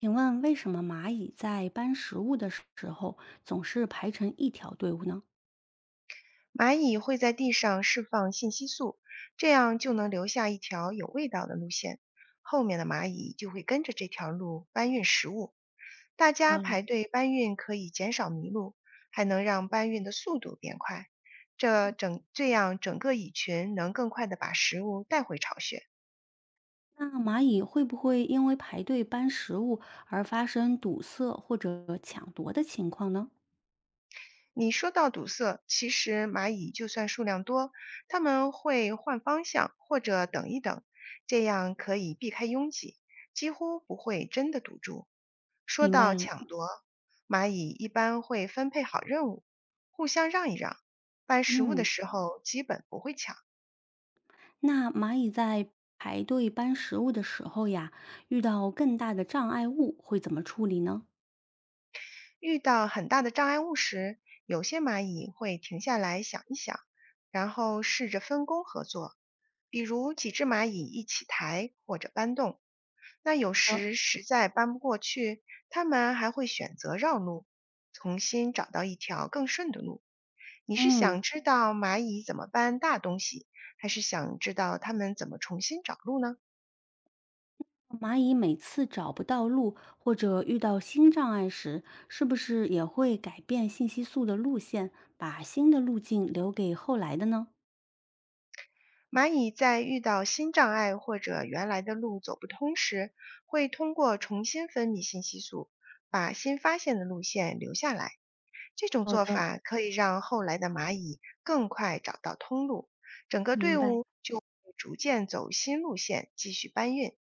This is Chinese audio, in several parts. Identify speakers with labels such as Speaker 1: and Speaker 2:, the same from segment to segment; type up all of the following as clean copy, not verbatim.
Speaker 1: 请问为什么蚂蚁在搬食物的时候总是排成一条队伍呢？
Speaker 2: 蚂蚁会在地上释放信息素，这样就能留下一条有味道的路线。后面的蚂蚁就会跟着这条路搬运食物，大家
Speaker 1: 到了，
Speaker 2: 排队搬运可以减少迷路，还能让搬运的速度变快。这整这样整个蚁群能更快地把食物带回巢穴。
Speaker 1: 那蚂蚁会不会因为排队搬食物而发生堵塞或者抢夺的情况呢？
Speaker 2: 你说到堵塞，其实蚂蚁就算数量多，它们会换方向或者等一等，这样可以避开拥挤，几乎不会真的堵住。说
Speaker 1: 明白
Speaker 2: 到
Speaker 1: 了。
Speaker 2: 抢夺，蚂蚁一般会分配好任务，互相让一让，搬食物的
Speaker 1: 嗯，
Speaker 2: 时候基本不会抢。
Speaker 1: 那蚂蚁在排队搬食物的时候呀，遇到更大的障碍物会怎么处理呢？
Speaker 2: 遇到很大的障碍物时，有些蚂蚁会停下来想一想，然后试着分工合作，比如几只蚂蚁一起抬或者搬动。那有时实在搬不过去，它们还会选择绕路，重新找到一条更顺的路。你是想
Speaker 1: 嗯。
Speaker 2: 知道蚂蚁怎么搬大东西，还是想知道它们怎么重新找路呢？
Speaker 1: 蚂蚁每次找不到路或者遇到新障碍时，是不是也会改变信息素的路线，把新的路径留给后来的呢？
Speaker 2: 蚂蚁在遇到新障碍或者原来的路走不通时，会通过重新分泌信息素，把新发现的路线留下来。这种
Speaker 1: 好
Speaker 2: 做
Speaker 1: 的，
Speaker 2: 法可以让后来的蚂蚁更快找到通路，整个队
Speaker 1: 明白。
Speaker 2: 伍就会逐渐走新路线，继续搬运。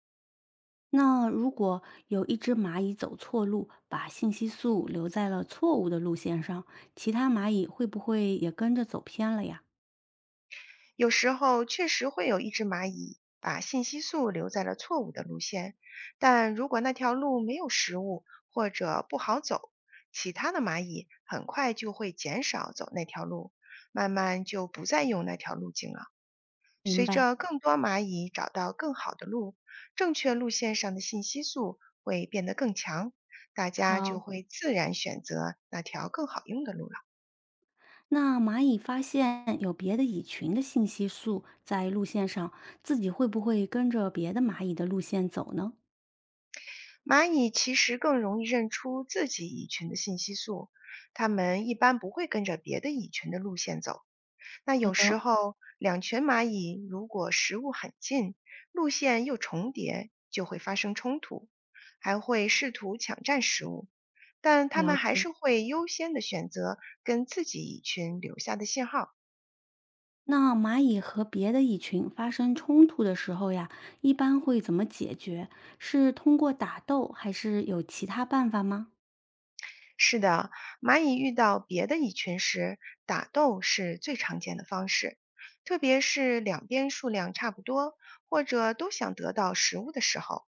Speaker 1: 那如果有一只蚂蚁走错路，把信息素留在了错误的路线上，其他蚂蚁会不会也跟着走偏了呀？
Speaker 2: 有时候确实会有一只蚂蚁把信息素留在了错误的路线，但如果那条路没有食物或者不好走，其他的蚂蚁很快就会减少走那条路，慢慢就不再用那条路径了。
Speaker 1: 明
Speaker 2: 随
Speaker 1: 白。
Speaker 2: 着更多蚂蚁找到更好的路，正确路线上的信息素会变得更强，大家就
Speaker 1: 好，
Speaker 2: 会自然选择那条更好用的路了。
Speaker 1: 那蚂蚁发现有别的蚁群的信息素在路线上，自己会不会跟着别的蚂蚁的路线走呢？
Speaker 2: 蚂蚁其实更容易认出自己蚁群的信息素，它们一般不会跟着别的蚁群的路线走。那有时候，两群蚂蚁如果食物很近，路线又重叠，就会发生冲突，还会试图抢占食物。但它
Speaker 1: 了
Speaker 2: 们还
Speaker 1: 解。
Speaker 2: 是会优先的选择跟自己蚁群留下的信号。
Speaker 1: 那蚂蚁和别的蚁群发生冲突的时候呀，一般会怎么解决？是通过打斗，还是有其他办法吗？
Speaker 2: 是的，蚂蚁遇到别的蚁群时，打斗是最常见的方式，特别是两边数量差不多，或者都想得到食物的时候。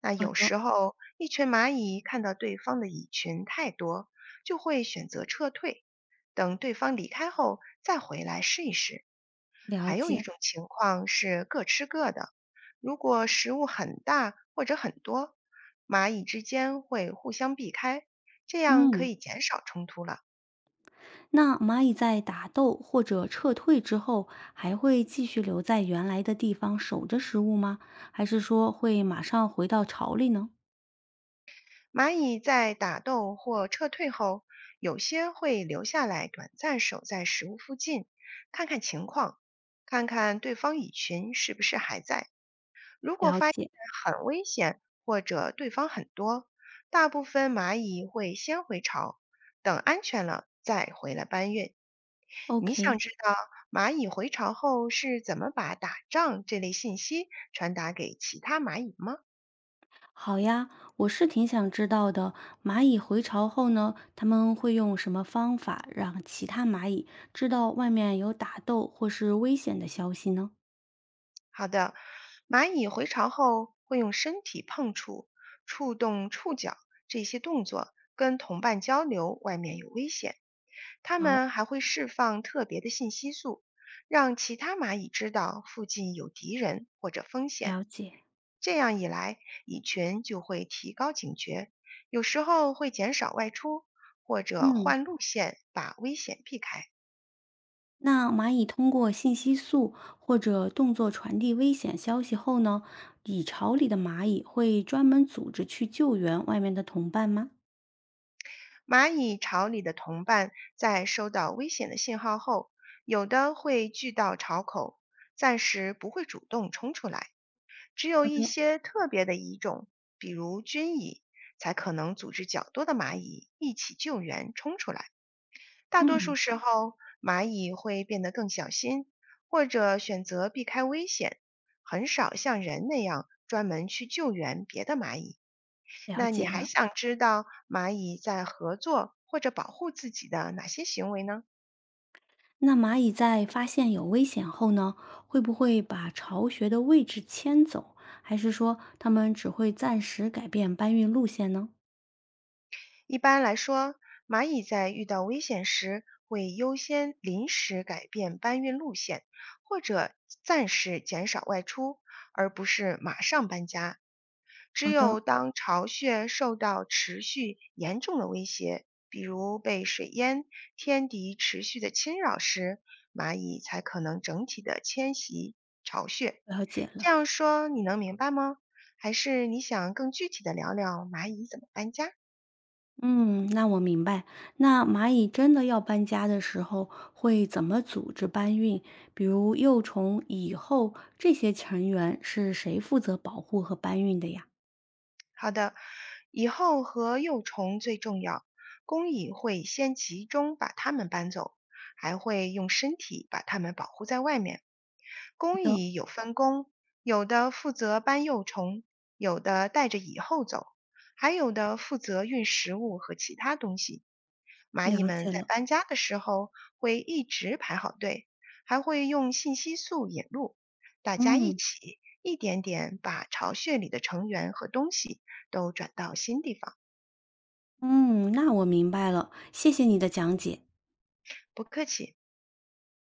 Speaker 2: 那
Speaker 1: 好
Speaker 2: 有时
Speaker 1: 的，
Speaker 2: 候一群蚂蚁看到对方的蚁群太多，就会选择撤退，等对方离开后再回来试一试。
Speaker 1: 了
Speaker 2: 还有一
Speaker 1: 解。
Speaker 2: 种情况是各吃各的，如果食物很大或者很多，蚂蚁之间会互相避开，这样可
Speaker 1: 嗯，
Speaker 2: 以减少冲突了。
Speaker 1: 那蚂蚁在打斗或者撤退之后，还会继续留在原来的地方守着食物吗？还是说会马上回到巢里呢？
Speaker 2: 蚂蚁在打斗或撤退后，有些会留下来短暂守在食物附近，看看情况，看看对方蚁群是不是还在。如果
Speaker 1: 了
Speaker 2: 发现
Speaker 1: 解。
Speaker 2: 很危险或者对方很多，大部分蚂蚁会先回巢，等安全了再回来搬运。你
Speaker 1: OK，
Speaker 2: 想知道蚂蚁回巢后是怎么把打仗这类信息传达给其他蚂蚁吗？
Speaker 1: 好呀，我是挺想知道的。蚂蚁回巢后呢，它们会用什么方法让其他蚂蚁知道外面有打斗或是危险的消息呢？
Speaker 2: 好的，蚂蚁回巢后会用身体碰触、触动触角这些动作跟同伴交流外面有危险。它
Speaker 1: 好，
Speaker 2: 们还会释放特别的信息素，让其他蚂蚁知道附近有敌人或者风险。
Speaker 1: 了解。
Speaker 2: 这样一来，蚁群就会提高警觉，有时候会减少外出或者
Speaker 1: 嗯，
Speaker 2: 换路线，把危险避开。
Speaker 1: 那蚂蚁通过信息素或者动作传递危险消息后呢，蚁巢里的蚂蚁会专门组织去救援外面的同伴吗？
Speaker 2: 蚂蚁巢里的同伴在收到危险的信号后，有的会聚到巢口，暂时不会主动冲出来。只有一些特别的蚁种，比如军蚁，才可能组织较多的蚂蚁一起救援冲出来。大多
Speaker 1: 嗯，
Speaker 2: 数时候，蚂蚁会变得更小心，或者选择避开危险，很少像人那样专门去救援别的蚂蚁。
Speaker 1: 了
Speaker 2: 那你
Speaker 1: 解
Speaker 2: 还
Speaker 1: 了。
Speaker 2: 想知道蚂蚁在合作或者保护自己的哪些行为呢？
Speaker 1: 那蚂蚁在发现有危险后呢，会不会把巢穴的位置迁走，还是说它们只会暂时改变搬运路线呢？
Speaker 2: 一般来说，蚂蚁在遇到危险时会优先临时改变搬运路线，或者暂时减少外出，而不是马上搬家。只有当巢穴受到持续严重的威胁，比如被水淹、天敌持续的侵扰时，蚂蚁才可能整体的迁徙巢穴。
Speaker 1: 了解
Speaker 2: 这
Speaker 1: 了。
Speaker 2: 样说你能明白吗？还是你想更具体的聊聊蚂蚁怎么搬家？
Speaker 1: 嗯，那我明白。那蚂蚁真的要搬家的时候，会怎么组织搬运？比如幼虫、蚁后这些成员是谁负责保护和搬运的呀？
Speaker 2: 好的，蚁后和幼虫最重要，工蚁会先集中把它们搬走，还会用身体把它们保护在外面。
Speaker 1: 好
Speaker 2: 工
Speaker 1: 的，
Speaker 2: 蚁有分工，有的负责搬幼虫，有的带着蚁后走，还有的负责运食物和其他东西。蚂蚁
Speaker 1: 了
Speaker 2: 们
Speaker 1: 解
Speaker 2: 在
Speaker 1: 了。
Speaker 2: 搬家的时候会一直排好队，还会用信息素引路，大家一
Speaker 1: 嗯
Speaker 2: 起一点点把巢穴里的成员和东西都转到新地方。
Speaker 1: 嗯，那我明白了，谢谢你的讲解。
Speaker 2: 不客气。